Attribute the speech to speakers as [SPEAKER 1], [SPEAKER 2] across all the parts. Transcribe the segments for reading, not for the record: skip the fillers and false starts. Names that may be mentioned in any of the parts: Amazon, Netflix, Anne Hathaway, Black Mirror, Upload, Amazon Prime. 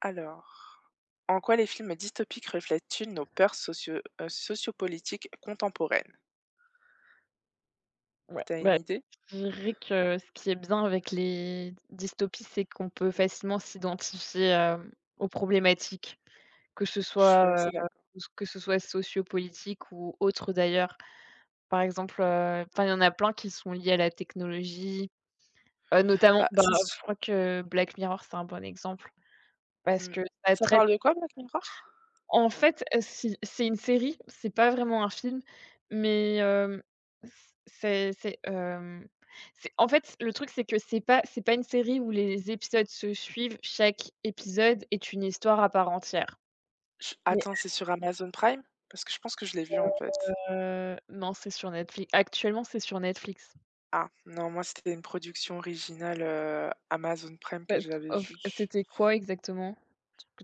[SPEAKER 1] Alors, en quoi les films dystopiques reflètent-ils nos peurs sociopolitiques contemporaines?
[SPEAKER 2] Ouais,
[SPEAKER 1] T'as une
[SPEAKER 2] bah,
[SPEAKER 1] idée?
[SPEAKER 2] je dirais que ce qui est bien avec les dystopies, c'est qu'on peut facilement s'identifier, aux problématiques, que ce
[SPEAKER 1] Je suis
[SPEAKER 2] soit, heu,
[SPEAKER 1] assez d'accord.
[SPEAKER 2] que ce soit sociopolitique ou autre d'ailleurs. Par exemple, enfin, il y en a plein qui sont liés à la technologie, notamment,
[SPEAKER 1] Bah,
[SPEAKER 2] bah,
[SPEAKER 1] c'est su
[SPEAKER 2] je crois que Black Mirror, c'est un bon exemple parce
[SPEAKER 1] mmh.
[SPEAKER 2] que ça
[SPEAKER 1] Ça
[SPEAKER 2] traite.
[SPEAKER 1] parle de quoi, Black Mirror?
[SPEAKER 2] En fait, si c'est une série, c'est pas vraiment un film, mais hem, c'est, hem, c'est en fait, le truc, c'est que c'est pas une série où les épisodes se suivent. Chaque épisode est une histoire à part entière.
[SPEAKER 1] J
[SPEAKER 2] Mais
[SPEAKER 1] attends, c'est sur Amazon Prime? Parce que je pense que je l'ai vu, en fait.
[SPEAKER 2] non, c'est sur Netflix. Actuellement, c'est sur Netflix.
[SPEAKER 1] Ah, non, moi, c'était une production originale, Amazon Prime que
[SPEAKER 2] But
[SPEAKER 1] j'avais
[SPEAKER 2] of
[SPEAKER 1] vue.
[SPEAKER 2] c'était quoi exactement?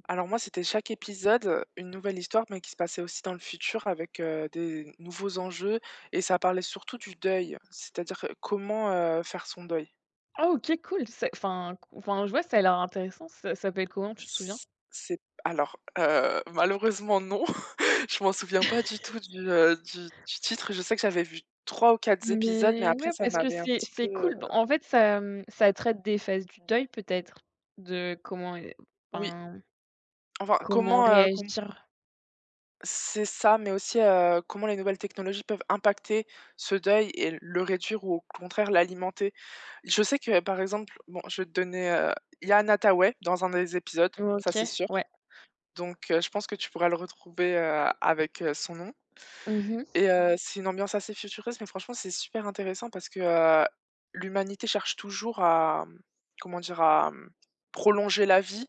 [SPEAKER 1] Alors moi, c'était chaque épisode, une nouvelle histoire, mais qui se passait aussi dans le futur avec, des nouveaux enjeux, et ça parlait surtout du deuil. C'est-à-dire, comment, faire son deuil.
[SPEAKER 2] Ah OK, cool. C'est enfin, je vois, ça a l'air intéressant. Ça s'appelle comment, tu te souviens?
[SPEAKER 1] C c'est alors, malheureusement non. Je m'en souviens pas du tout du titre. Je sais que j'avais vu 3 ou 4 épisodes, mais
[SPEAKER 2] Mais
[SPEAKER 1] après
[SPEAKER 2] ouais,
[SPEAKER 1] ça
[SPEAKER 2] parce que
[SPEAKER 1] m'avait un
[SPEAKER 2] c'est
[SPEAKER 1] petit peu,
[SPEAKER 2] c'est cool. Bah, en fait, ça traite des phases du deuil peut-être? De
[SPEAKER 1] oui.
[SPEAKER 2] ben,
[SPEAKER 1] Enfin,
[SPEAKER 2] comment
[SPEAKER 1] comment, com
[SPEAKER 2] réagir?
[SPEAKER 1] c'est ça, mais aussi, comment les nouvelles technologies peuvent impacter ce deuil et le réduire ou au contraire l'alimenter. Je sais que par exemple, bon je vais te donner, Anne Hathaway dans un des épisodes, ça
[SPEAKER 2] OK,
[SPEAKER 1] c'est sûr,
[SPEAKER 2] ouais.
[SPEAKER 1] donc je pense que tu pourras le retrouver, avec, son nom.
[SPEAKER 2] Mmh mh.
[SPEAKER 1] Et c'est une ambiance assez futuriste, mais franchement, c'est super intéressant parce que, l'humanité cherche toujours à, comment dire? À, prolonger la vie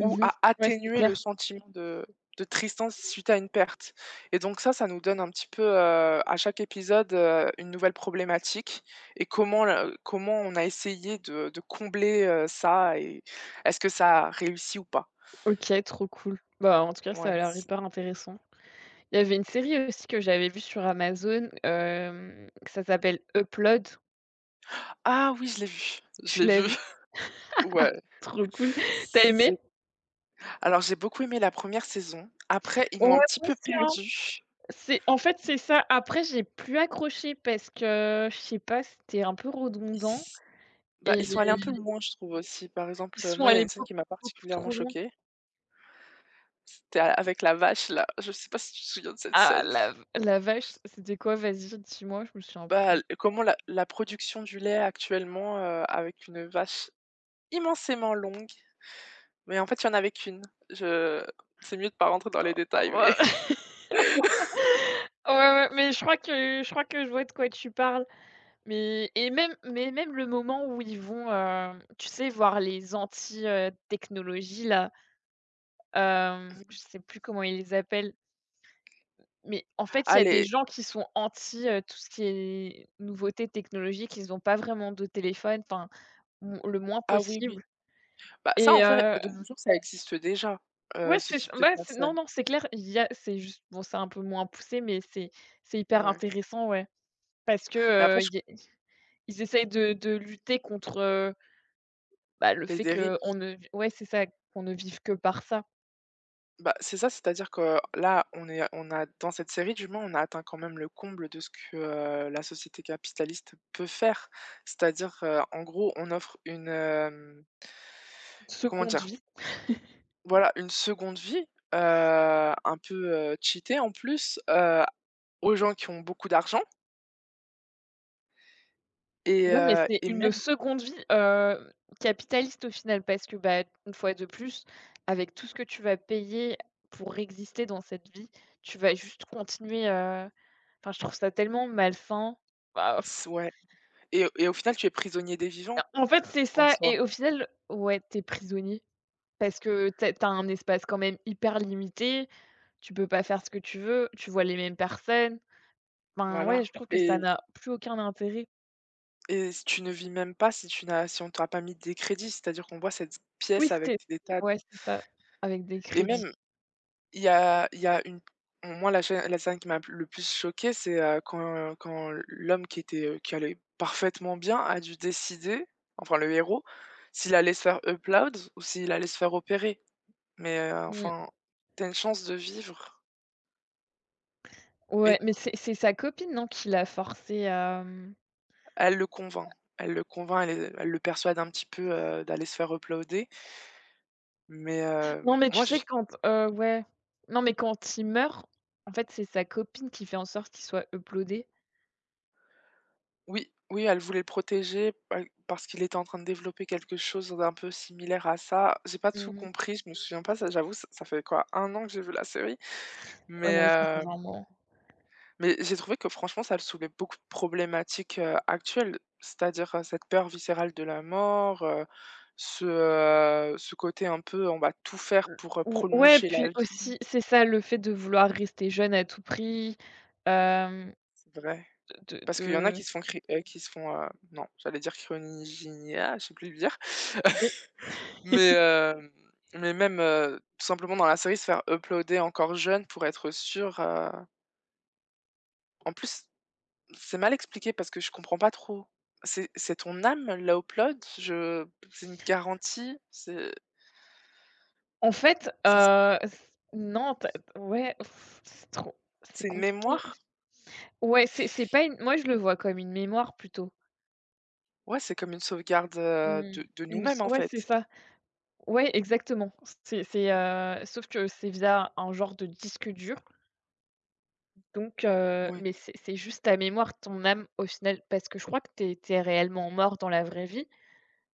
[SPEAKER 1] ou à
[SPEAKER 2] ouais, c'est
[SPEAKER 1] atténuer le
[SPEAKER 2] clair.
[SPEAKER 1] sentiment de tristesse suite à une perte, et donc ça nous donne un petit peu, à chaque épisode, une nouvelle problématique et comment on a essayé de combler, ça, et est-ce que ça a réussi ou pas?
[SPEAKER 2] OK, trop cool. Bah, en tout cas, ça
[SPEAKER 1] Ouais,
[SPEAKER 2] a l'air
[SPEAKER 1] c'est
[SPEAKER 2] hyper intéressant. Il y avait une série aussi que j'avais vue sur Amazon, que ça s'appelle Upload.
[SPEAKER 1] ah oui, je
[SPEAKER 2] Tu
[SPEAKER 1] l'ai
[SPEAKER 2] l'as
[SPEAKER 1] vu,
[SPEAKER 2] vue?
[SPEAKER 1] ouais.
[SPEAKER 2] Trop cool. T'as aimé?
[SPEAKER 1] C'est Alors, j'ai beaucoup aimé la première saison. Après, ils
[SPEAKER 2] Ouais,
[SPEAKER 1] m'ont un petit
[SPEAKER 2] moi
[SPEAKER 1] peu
[SPEAKER 2] aussi, hein.
[SPEAKER 1] perdue.
[SPEAKER 2] C'est en fait, c'est ça. Après, j'ai plus accroché parce que, je sais pas, c'était un peu
[SPEAKER 1] Ils
[SPEAKER 2] redondant.
[SPEAKER 1] s Bah,
[SPEAKER 2] Et
[SPEAKER 1] ils sont allés un peu loin, je trouve aussi. Par
[SPEAKER 2] ils
[SPEAKER 1] exemple,
[SPEAKER 2] sont
[SPEAKER 1] moi, il y a
[SPEAKER 2] allés
[SPEAKER 1] une scène
[SPEAKER 2] beaucoup,
[SPEAKER 1] qui m'a
[SPEAKER 2] beaucoup
[SPEAKER 1] particulièrement
[SPEAKER 2] trop loin.
[SPEAKER 1] choquée. C'était a avec la vache là, je sais pas si tu te souviens de cette
[SPEAKER 2] Ah
[SPEAKER 1] scène?
[SPEAKER 2] la vache, c'était quoi? Vas-y, dis-moi, je me souviens
[SPEAKER 1] Bah,
[SPEAKER 2] plus.
[SPEAKER 1] l comment la la production du lait actuellement, avec une vache immensément longue, mais en fait, il y en avait qu'une. Je C'est mieux de pas rentrer dans
[SPEAKER 2] Oh,
[SPEAKER 1] les détails,
[SPEAKER 2] oh,
[SPEAKER 1] mais
[SPEAKER 2] ouais. Ouais, ouais, mais je crois que je vois de quoi tu parles. Mais même le moment où ils vont, tu sais, voir les anti, technologie là, je sais plus comment ils les appellent, mais en fait, il y a des
[SPEAKER 1] allez,
[SPEAKER 2] gens qui sont anti, tout ce qui est nouveauté technologique, ils ont pas vraiment de téléphone, enfin, m le moins
[SPEAKER 1] ah oui, oui.
[SPEAKER 2] possible
[SPEAKER 1] Bah, ça,
[SPEAKER 2] et
[SPEAKER 1] en fait, de nos jours, ça existe déjà,
[SPEAKER 2] Ouais,
[SPEAKER 1] ce
[SPEAKER 2] c'est ç
[SPEAKER 1] type de
[SPEAKER 2] bah, c'est non,
[SPEAKER 1] personne.
[SPEAKER 2] non, c'est clair, il y a c'est juste bon, c'est un peu moins poussé, mais c'est hyper
[SPEAKER 1] Ouais,
[SPEAKER 2] intéressant, ouais. Parce que,
[SPEAKER 1] mais après je
[SPEAKER 2] y ils essayent de lutter contre, bah, le
[SPEAKER 1] les
[SPEAKER 2] fait
[SPEAKER 1] dérives
[SPEAKER 2] que on ne vi ouais, c'est ça, qu'on ne vive que par ça.
[SPEAKER 1] bah, c'est ça, c'est-à-dire que là, on a dans cette série, du moins, on a atteint quand même le comble de ce que, la société capitaliste peut faire. C'est-à-dire, en gros, on offre une, hem
[SPEAKER 2] Une
[SPEAKER 1] comment
[SPEAKER 2] Seconde
[SPEAKER 1] dire?
[SPEAKER 2] vie.
[SPEAKER 1] Voilà, une seconde vie, un peu, cheatée en plus, aux gens qui ont beaucoup d'argent.
[SPEAKER 2] Ouais, mais c'est
[SPEAKER 1] Et
[SPEAKER 2] une
[SPEAKER 1] même
[SPEAKER 2] seconde vie, capitaliste au final parce que, bah, une fois de plus, avec tout ce que tu vas payer pour exister dans cette vie, tu vas juste continuer, enfin, je trouve ça tellement malsain. Bah.
[SPEAKER 1] s Ouais, et au final, tu es prisonnier des vivants
[SPEAKER 2] Bah, en fait, c'est
[SPEAKER 1] en
[SPEAKER 2] ça
[SPEAKER 1] soi.
[SPEAKER 2] et au final, ouais, t'es prisonnier parce que t'as as un espace quand même hyper limité, tu peux pas faire ce que tu veux, tu vois les mêmes personnes. Ben ouais,
[SPEAKER 1] voilà
[SPEAKER 2] je trouve que ça
[SPEAKER 1] et
[SPEAKER 2] n'a plus aucun intérêt.
[SPEAKER 1] Et s Tu ne vis même pas si tu n'as si on t'aura pas mis des crédits, c'est-à-dire qu'on voit cette
[SPEAKER 2] Oui,
[SPEAKER 1] pièce
[SPEAKER 2] c'était
[SPEAKER 1] avec des tas d
[SPEAKER 2] ouais, c'est ça, avec des
[SPEAKER 1] et
[SPEAKER 2] crédits.
[SPEAKER 1] même il y a une moi, la scène qui m'a le plus choquée, c'est, quand l'homme qui était, qui allait parfaitement bien, a dû décider, enfin le héros, s'il allait se faire upload ou s'il allait se faire opérer. Mais,
[SPEAKER 2] Mmh.
[SPEAKER 1] enfin, tu as une chance de vivre
[SPEAKER 2] Ouais,
[SPEAKER 1] et
[SPEAKER 2] mais c'est sa copine, non, qui l'a forcé à,
[SPEAKER 1] elle le convainc elle le convainc, elle le persuade un petit peu, d'aller se faire uploader, mais,
[SPEAKER 2] non, mais tu
[SPEAKER 1] moi
[SPEAKER 2] sais
[SPEAKER 1] je
[SPEAKER 2] quand, ouais, non, mais quand il meurt, en fait, c'est sa copine qui fait en sorte qu'il soit uploadé.
[SPEAKER 1] oui, oui, elle voulait le protéger, pa parce qu'il était en train de développer quelque chose d'un peu similaire à ça. J'ai pas tout
[SPEAKER 2] Mmh,
[SPEAKER 1] compris, je me souviens pas, ça j'avoue, ça fait quoi, un an que j'ai vu la série?
[SPEAKER 2] ouais,
[SPEAKER 1] Mais
[SPEAKER 2] moi aussi, c'est vraiment.
[SPEAKER 1] j'ai trouvé que franchement, ça soulevait beaucoup de problématiques, actuelles. C'est-à-dire, cette peur viscérale de la mort, ce, ce côté un peu on va tout faire pour,
[SPEAKER 2] Ou ouais,
[SPEAKER 1] prolonger
[SPEAKER 2] puis
[SPEAKER 1] la
[SPEAKER 2] aussi,
[SPEAKER 1] vie.
[SPEAKER 2] c'est ça, le fait de vouloir rester jeune à tout prix, hem,
[SPEAKER 1] C'est vrai.
[SPEAKER 2] de
[SPEAKER 1] Parce qu'il y en a
[SPEAKER 2] de
[SPEAKER 1] qui se font cri qui se font, non, j'allais dire cryogénia, je sais plus le dire.
[SPEAKER 2] oui.
[SPEAKER 1] Mais hem, mais même, tout simplement dans la série, se faire uploader encore jeune pour être sûr, en plus, c'est mal expliqué parce que je comprends pas trop. C'est ton âme, la upload? Je C'est une garantie?
[SPEAKER 2] En fait,
[SPEAKER 1] C'est c
[SPEAKER 2] c non, tu as ouais, c'est trop c'est
[SPEAKER 1] c'est une
[SPEAKER 2] compliqué.
[SPEAKER 1] mémoire?
[SPEAKER 2] Ouais, c'est pas une moi, je le vois comme une mémoire plutôt.
[SPEAKER 1] Ouais, c'est comme une sauvegarde,
[SPEAKER 2] Mmh,
[SPEAKER 1] de
[SPEAKER 2] une s
[SPEAKER 1] nous-mêmes, en
[SPEAKER 2] ouais, c'est
[SPEAKER 1] fait.
[SPEAKER 2] ça. Ouais, exactement. C'est sauf que c'est via un genre de disque dur, donc
[SPEAKER 1] Oui,
[SPEAKER 2] mais c'est juste ta mémoire, ton âme, au final, parce que je crois que tu es réellement mort dans la vraie vie.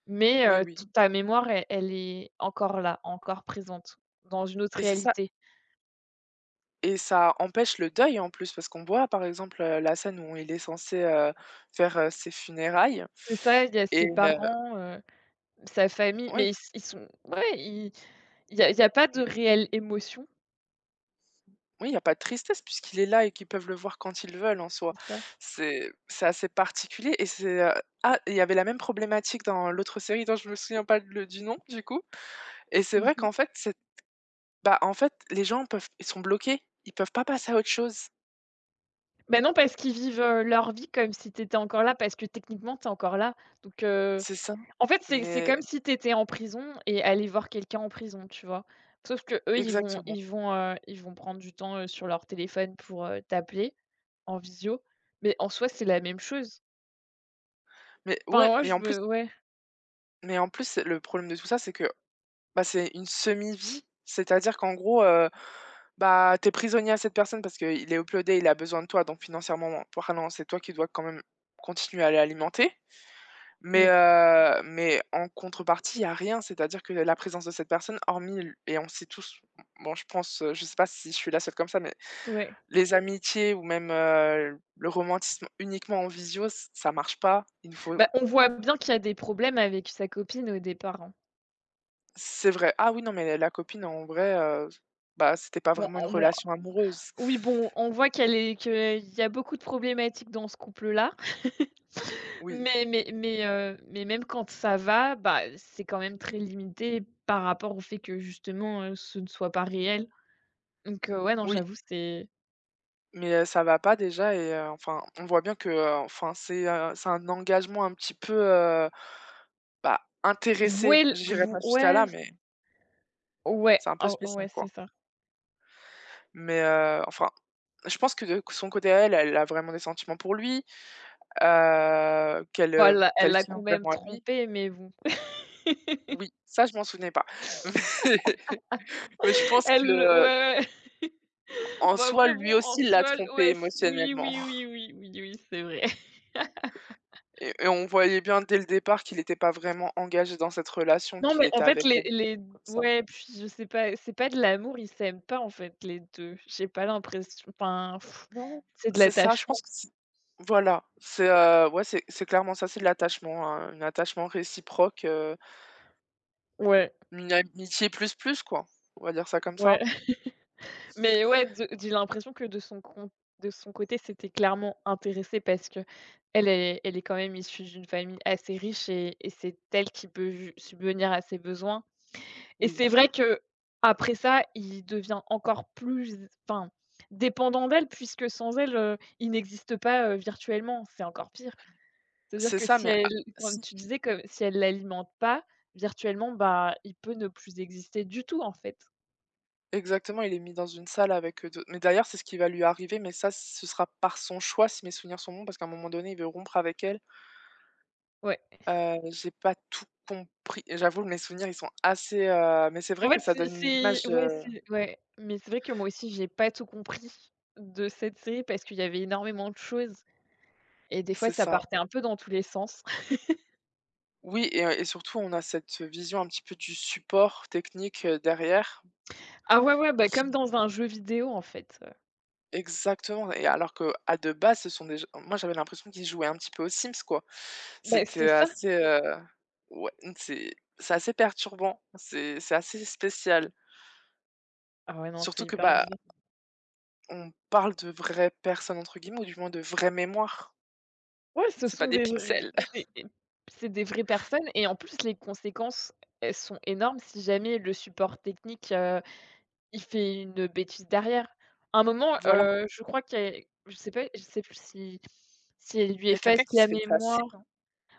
[SPEAKER 2] Mais
[SPEAKER 1] oui, oui,
[SPEAKER 2] toute ta mémoire, elle est encore là, encore présente, dans une autre
[SPEAKER 1] et c'est ça,
[SPEAKER 2] réalité.
[SPEAKER 1] et ça empêche le deuil, en plus, parce qu'on voit, par exemple, la scène où il est censé, faire, ses funérailles.
[SPEAKER 2] C'est ça, il y a ses
[SPEAKER 1] et heu
[SPEAKER 2] parents, sa famille,
[SPEAKER 1] oui.
[SPEAKER 2] mais ils sont ouais, ils il y a pas de réelle émotion,
[SPEAKER 1] Oui, il y a pas de tristesse puisqu'il est là et qu'ils peuvent le voir quand ils veulent, en soi.
[SPEAKER 2] c'est ça.
[SPEAKER 1] C'est assez particulier et c'est, ah, il y avait la même problématique dans l'autre série dont je me souviens pas le du nom du coup, et c'est
[SPEAKER 2] Mmh
[SPEAKER 1] vrai
[SPEAKER 2] mh.
[SPEAKER 1] qu'en fait, c'est bah, en fait, les gens peuvent ils sont bloqués, ils peuvent pas passer à autre chose.
[SPEAKER 2] Bah, non, parce qu'ils vivent, leur vie comme si tu étais encore là, parce que techniquement, tu es encore là. Donc.
[SPEAKER 1] C'est ça.
[SPEAKER 2] En fait, c'est
[SPEAKER 1] Mais
[SPEAKER 2] comme si tu étais en prison et aller voir quelqu'un en prison, tu vois? Sauf que eux,
[SPEAKER 1] exactement.
[SPEAKER 2] ils vont prendre du temps, sur leur téléphone pour, t'appeler en visio, mais en soi, c'est la même chose.
[SPEAKER 1] Mais
[SPEAKER 2] Enfin,
[SPEAKER 1] ouais,
[SPEAKER 2] moi,
[SPEAKER 1] mais
[SPEAKER 2] je
[SPEAKER 1] en plus
[SPEAKER 2] veux ouais,
[SPEAKER 1] mais en plus le problème de tout ça, c'est que bah, c'est une semi-vie, c'est-à-dire qu'en gros, bah, tu es prisonnier à cette personne parce qu'il est uploadé, il a besoin de toi, donc financièrement parlant, c'est toi qui dois quand même continuer à l'alimenter. Mais,
[SPEAKER 2] mmh,
[SPEAKER 1] heu, mais en contrepartie, il y a rien, c'est-à-dire que la présence de cette personne, hormis l et on sait tous, bon je pense, je sais pas si je suis la seule comme ça, mais
[SPEAKER 2] ouais.
[SPEAKER 1] les amitiés ou même, le romantisme uniquement en visio, ç ça marche pas. Il nous faut…
[SPEAKER 2] Bah, on voit bien qu'il y a des problèmes avec sa copine au départ, hein.
[SPEAKER 1] C'est vrai. Ah oui, non, mais la copine, en vrai, bah, c'était pas
[SPEAKER 2] Bon,
[SPEAKER 1] vraiment une relation amoureuse.
[SPEAKER 2] oui, bon, on voit qu'il y a beaucoup de problématiques dans ce couple-là.
[SPEAKER 1] Oui,
[SPEAKER 2] Mais même quand ça va, bah, c'est quand même très limité par rapport au fait que justement, ce ne soit pas réel. Donc ouais, non,
[SPEAKER 1] oui,
[SPEAKER 2] j'avoue, c'est
[SPEAKER 1] mais ça va pas déjà et enfin, on voit bien que, enfin, c'est un engagement un petit peu, bah,
[SPEAKER 2] vouer
[SPEAKER 1] intéressé.
[SPEAKER 2] l
[SPEAKER 1] J'irai
[SPEAKER 2] vou
[SPEAKER 1] pas jusqu'à
[SPEAKER 2] ouais,
[SPEAKER 1] là, mais
[SPEAKER 2] ouais,
[SPEAKER 1] c'est un peu
[SPEAKER 2] oh ouais,
[SPEAKER 1] spécial,
[SPEAKER 2] c'est
[SPEAKER 1] quoi.
[SPEAKER 2] ça.
[SPEAKER 1] Mais enfin, je pense que de son côté à elle, elle a vraiment des sentiments pour lui, qu'elle, heu,
[SPEAKER 2] Voilà, elle
[SPEAKER 1] qu'elle
[SPEAKER 2] l'a quand
[SPEAKER 1] tient
[SPEAKER 2] même
[SPEAKER 1] vraiment à lui.
[SPEAKER 2] trompé, mais bon.
[SPEAKER 1] Oui, ça, je m'en souvenais pas. Mais je pense
[SPEAKER 2] Elle le
[SPEAKER 1] que…
[SPEAKER 2] Ouais, ouais.
[SPEAKER 1] En
[SPEAKER 2] Bon,
[SPEAKER 1] soi,
[SPEAKER 2] après
[SPEAKER 1] lui
[SPEAKER 2] bon, en
[SPEAKER 1] aussi l'a
[SPEAKER 2] soi, l
[SPEAKER 1] trompée
[SPEAKER 2] ouais, c oui,
[SPEAKER 1] émotionnellement,
[SPEAKER 2] oui, oui, oui, oui, oui, c'est vrai.
[SPEAKER 1] et on voyait bien dès le départ qu'il était pas vraiment engagé dans cette relation,
[SPEAKER 2] Non,
[SPEAKER 1] qu'il
[SPEAKER 2] mais en
[SPEAKER 1] était
[SPEAKER 2] fait,
[SPEAKER 1] avec elle
[SPEAKER 2] les
[SPEAKER 1] comme ça.
[SPEAKER 2] ouais, puis je sais pas, c'est pas de l'amour, ils s'aiment pas, en fait, les deux. J'ai pas l'impression, enfin,
[SPEAKER 1] Non,
[SPEAKER 2] c'est de
[SPEAKER 1] c'est ça, je
[SPEAKER 2] l'attachement.
[SPEAKER 1] pense que c'est voilà, c'est, ouais, c'est clairement ça, c'est de l'attachement, un attachement réciproque,
[SPEAKER 2] Ouais,
[SPEAKER 1] une amitié plus plus, quoi. On va dire ça comme
[SPEAKER 2] ouais,
[SPEAKER 1] ça.
[SPEAKER 2] mais ouais, de j'ai l'impression que de son côté, c'était clairement intéressé parce que elle est quand même issue d'une famille assez riche et c'est elle qui peut ju subvenir à ses besoins et
[SPEAKER 1] Oui,
[SPEAKER 2] c'est vrai que après ça, il devient encore plus enfin, dépendant d'elle puisque sans elle, il n'existe pas, virtuellement, c'est encore pire. C'est-à-dire
[SPEAKER 1] c'est
[SPEAKER 2] que
[SPEAKER 1] ça,
[SPEAKER 2] si
[SPEAKER 1] mais
[SPEAKER 2] elle
[SPEAKER 1] a
[SPEAKER 2] comme
[SPEAKER 1] si,
[SPEAKER 2] tu disais, comme si elle l'alimente pas, virtuellement, bah, il peut ne plus exister du tout, en fait.
[SPEAKER 1] exactement, il est mis dans une salle avec, d'autres. Mais d'ailleurs, c'est ce qui va lui arriver, mais ça, ce sera par son choix, si mes souvenirs sont bons, parce qu'à un moment donné, il veut rompre avec elle.
[SPEAKER 2] Ouais.
[SPEAKER 1] J'ai pas tout compris. J'avoue, mes souvenirs, ils sont assez, mais c'est vrai
[SPEAKER 2] En fait,
[SPEAKER 1] que ça donne une image,
[SPEAKER 2] c'est ouais, mais c'est vrai que moi aussi, j'ai pas tout compris de cette série parce qu'il y avait énormément de choses et des fois,
[SPEAKER 1] c'est
[SPEAKER 2] ça
[SPEAKER 1] ça.
[SPEAKER 2] partait un peu dans tous les sens.
[SPEAKER 1] Oui, et surtout, on a cette vision un petit peu du support technique, derrière
[SPEAKER 2] Ah ouais, ouais, bah, comme
[SPEAKER 1] qui
[SPEAKER 2] dans un jeu vidéo, en fait,
[SPEAKER 1] exactement, et alors que à de base, ce sont des jeux, moi, j'avais l'impression qu'ils jouaient un petit peu aux Sims, quoi.
[SPEAKER 2] bah, c'est
[SPEAKER 1] C'était
[SPEAKER 2] ça.
[SPEAKER 1] assez, ouais, mmh, c'est assez perturbant, c'est assez spécial.
[SPEAKER 2] Ah ouais, non, c'est
[SPEAKER 1] Surtout que,
[SPEAKER 2] hyper
[SPEAKER 1] bah,
[SPEAKER 2] bizarre.
[SPEAKER 1] on parle de vraies personnes, entre guillemets, ou du moins de vraies mémoires.
[SPEAKER 2] Ouais, ce
[SPEAKER 1] C'est pas
[SPEAKER 2] sont
[SPEAKER 1] des
[SPEAKER 2] des vr
[SPEAKER 1] pixels.
[SPEAKER 2] c'est c'est des vraies personnes et en plus, les conséquences, elles sont énormes si jamais le support technique, il fait une bêtise derrière. À un moment,
[SPEAKER 1] Voilà.
[SPEAKER 2] je crois qu'il y a je sais pas, je sais plus si elle lui
[SPEAKER 1] Il y a quelqu'un
[SPEAKER 2] efface
[SPEAKER 1] qui s'est
[SPEAKER 2] la
[SPEAKER 1] fait passer,
[SPEAKER 2] mémoire.
[SPEAKER 1] non?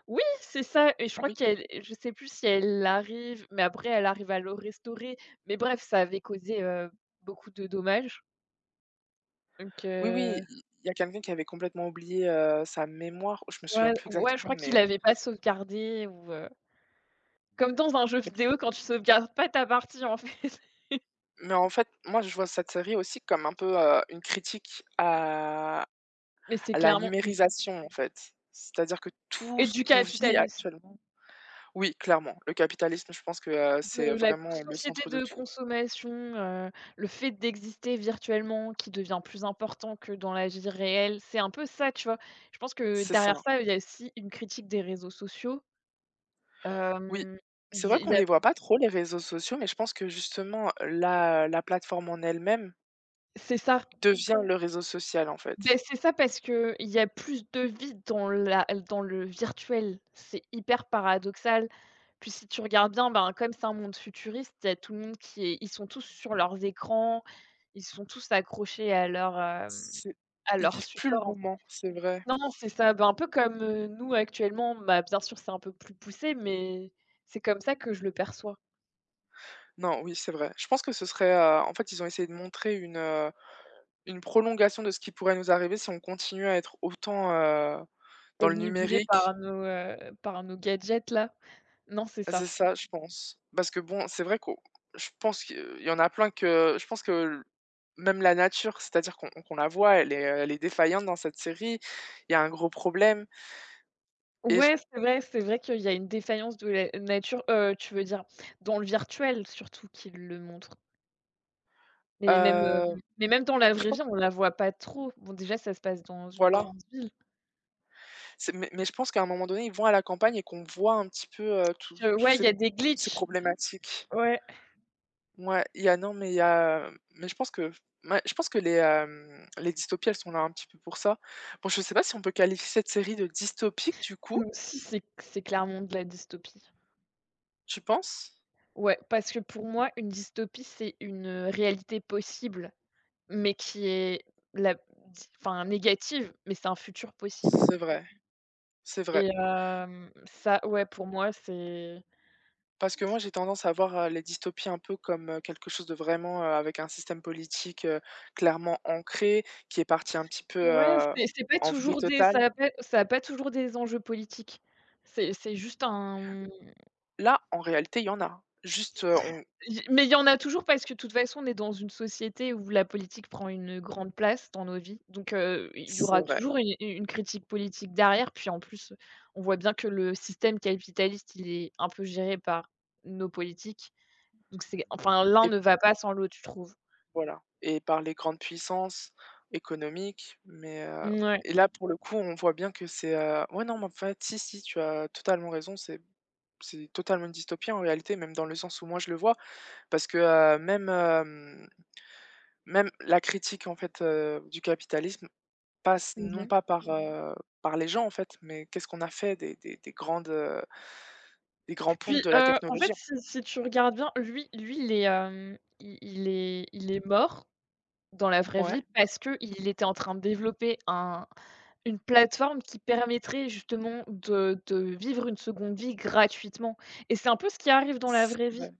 [SPEAKER 2] Oui, c'est ça et je crois
[SPEAKER 1] Oui.
[SPEAKER 2] qu'elle je sais plus si elle arrive mais après elle arrive à le restaurer, mais bref, ça avait causé, beaucoup de dommages donc
[SPEAKER 1] Oui, oui, il y a quelqu'un qui avait complètement oublié, sa mémoire. Je me souviens
[SPEAKER 2] ouais,
[SPEAKER 1] plus
[SPEAKER 2] ouais, je
[SPEAKER 1] exactement,
[SPEAKER 2] crois qu'il avait pas sauvegardé ou comme dans un jeu
[SPEAKER 1] mais
[SPEAKER 2] vidéo quand tu sauvegardes pas ta partie, en fait.
[SPEAKER 1] mais en fait, moi, je vois cette série aussi comme un peu, une critique à
[SPEAKER 2] Mais c'est
[SPEAKER 1] la
[SPEAKER 2] clairement
[SPEAKER 1] numérisation, en fait. C'est-à-dire que tout
[SPEAKER 2] et
[SPEAKER 1] ce
[SPEAKER 2] du
[SPEAKER 1] qu'on vit
[SPEAKER 2] capitalisme,
[SPEAKER 1] actuellement… Oui, clairement, le capitalisme, je pense que,
[SPEAKER 2] de
[SPEAKER 1] c'est
[SPEAKER 2] la
[SPEAKER 1] vraiment le
[SPEAKER 2] société
[SPEAKER 1] centre de
[SPEAKER 2] de
[SPEAKER 1] tout.
[SPEAKER 2] consommation, le fait d'exister virtuellement qui devient plus important que dans la vie réelle, c'est un peu ça, tu vois? Je pense que
[SPEAKER 1] C'est
[SPEAKER 2] derrière
[SPEAKER 1] ça.
[SPEAKER 2] ça, il y a aussi une critique des réseaux sociaux.
[SPEAKER 1] Oui.
[SPEAKER 2] Hem,
[SPEAKER 1] C'est
[SPEAKER 2] di
[SPEAKER 1] vrai
[SPEAKER 2] il
[SPEAKER 1] qu'on
[SPEAKER 2] y
[SPEAKER 1] ne
[SPEAKER 2] a
[SPEAKER 1] les voit pas trop, les réseaux sociaux, mais je pense que justement la plateforme en elle-même
[SPEAKER 2] c'est ça.
[SPEAKER 1] devient le réseau social, en
[SPEAKER 2] Beh,
[SPEAKER 1] fait.
[SPEAKER 2] c'est ça parce qu'il y a plus de vide dans la dans le virtuel. C'est hyper paradoxal. Puis si tu regardes bien, ben, comme c'est un monde futuriste, il y a tout le monde qui est ils sont tous sur leurs écrans, ils sont tous accrochés à leur, hem,
[SPEAKER 1] C'est
[SPEAKER 2] à
[SPEAKER 1] Ils
[SPEAKER 2] leur
[SPEAKER 1] vivent plus le
[SPEAKER 2] support.
[SPEAKER 1] moment, c'est vrai.
[SPEAKER 2] Non, c'est ça, ben, un peu comme, nous actuellement, bah, bien sûr, c'est un peu plus poussé, mais c'est comme ça que je le perçois.
[SPEAKER 1] Non, oui, c'est vrai. Je pense que ce serait, en fait, ils ont essayé de montrer une, prolongation de ce qui pourrait nous arriver si on continue à être autant, dans le
[SPEAKER 2] Obnubilés
[SPEAKER 1] numérique.
[SPEAKER 2] par nos gadgets là. Non, c'est
[SPEAKER 1] Ah, c'est
[SPEAKER 2] ça.
[SPEAKER 1] ça, je pense. Parce que bon, c'est vrai qu'on je pense qu'il y en a plein, que je pense que même la nature, c'est-à-dire qu'on la voit, elle est défaillante dans cette série. Il y a un gros problème, et
[SPEAKER 2] Ouais, c'est vrai qu'il y a une défaillance de la nature, tu veux dire dans le virtuel surtout qu'ils le montrent. Mais même, heu,
[SPEAKER 1] heu,
[SPEAKER 2] mais même dans la
[SPEAKER 1] je
[SPEAKER 2] vraie vie,
[SPEAKER 1] pense,
[SPEAKER 2] on la voit pas trop. Bon déjà ça se passe dans une
[SPEAKER 1] voilà.
[SPEAKER 2] grande ville.
[SPEAKER 1] C'est mais je pense qu'à un moment donné, ils vont à la campagne et qu'on voit un petit peu, tous tous
[SPEAKER 2] Ouais, il
[SPEAKER 1] ces
[SPEAKER 2] y a des
[SPEAKER 1] toutes ces
[SPEAKER 2] glitches.
[SPEAKER 1] problématiques.
[SPEAKER 2] Ouais.
[SPEAKER 1] Ouais, il y a… Non, mais il y a, mais je pense que ouais, je pense que les, les dystopies, elles sont là un petit peu pour ça. Bon, je sais pas si on peut qualifier cette série de dystopique du coup,
[SPEAKER 2] Mmh, si c'est clairement de la dystopie.
[SPEAKER 1] tu penses?
[SPEAKER 2] Ouais, parce que pour moi une dystopie c'est une, réalité possible, mais qui est la di enfin négative, mais c'est un futur possible
[SPEAKER 1] C'est vrai, c'est vrai.
[SPEAKER 2] et ça ouais, pour moi c'est.
[SPEAKER 1] Parce que moi, j'ai tendance à voir, les dystopies un peu comme, quelque chose de vraiment, avec un système politique, clairement ancré, qui est parti un petit peu,
[SPEAKER 2] Ouais, c'est pas
[SPEAKER 1] en vrille
[SPEAKER 2] toujours des
[SPEAKER 1] totale.
[SPEAKER 2] ça a pas toujours des enjeux politiques. C'est juste un
[SPEAKER 1] Là, en réalité, il y en a. Juste, on
[SPEAKER 2] il mais il y en a toujours parce que de toute façon, on est dans une société où la politique prend une grande place dans nos vies. Donc il y
[SPEAKER 1] c'est
[SPEAKER 2] aura
[SPEAKER 1] vrai,
[SPEAKER 2] toujours une critique politique derrière. Puis en plus, on voit bien que le système capitaliste, il est un peu géré par nos politiques. Donc c'est enfin, l'un
[SPEAKER 1] et
[SPEAKER 2] ne va pas sans l'autre, je trouve.
[SPEAKER 1] voilà, et par les grandes puissances économiques, mais
[SPEAKER 2] Ouais.
[SPEAKER 1] et là, pour le coup, on voit bien que c'est, ouais, non, mais en fait, si, si, tu as totalement raison, c'est totalement une dystopie, en réalité, même dans le sens où moi, je le vois, parce que, même la critique, en fait, du capitalisme, passe non
[SPEAKER 2] Mmh.
[SPEAKER 1] pas par, les gens, en fait, mais qu'est-ce qu'on a fait des grandes, des grands pontes
[SPEAKER 2] Puis,
[SPEAKER 1] de la
[SPEAKER 2] en
[SPEAKER 1] technologie?
[SPEAKER 2] fait, si tu regardes bien, lui lui, il est, il est mort dans la vraie
[SPEAKER 1] Ouais,
[SPEAKER 2] vie, parce qu'il était en train de développer un une plateforme qui permettrait justement de vivre une seconde vie gratuitement et c'est un peu ce qui arrive dans la
[SPEAKER 1] c'est
[SPEAKER 2] vraie vie.
[SPEAKER 1] vrai.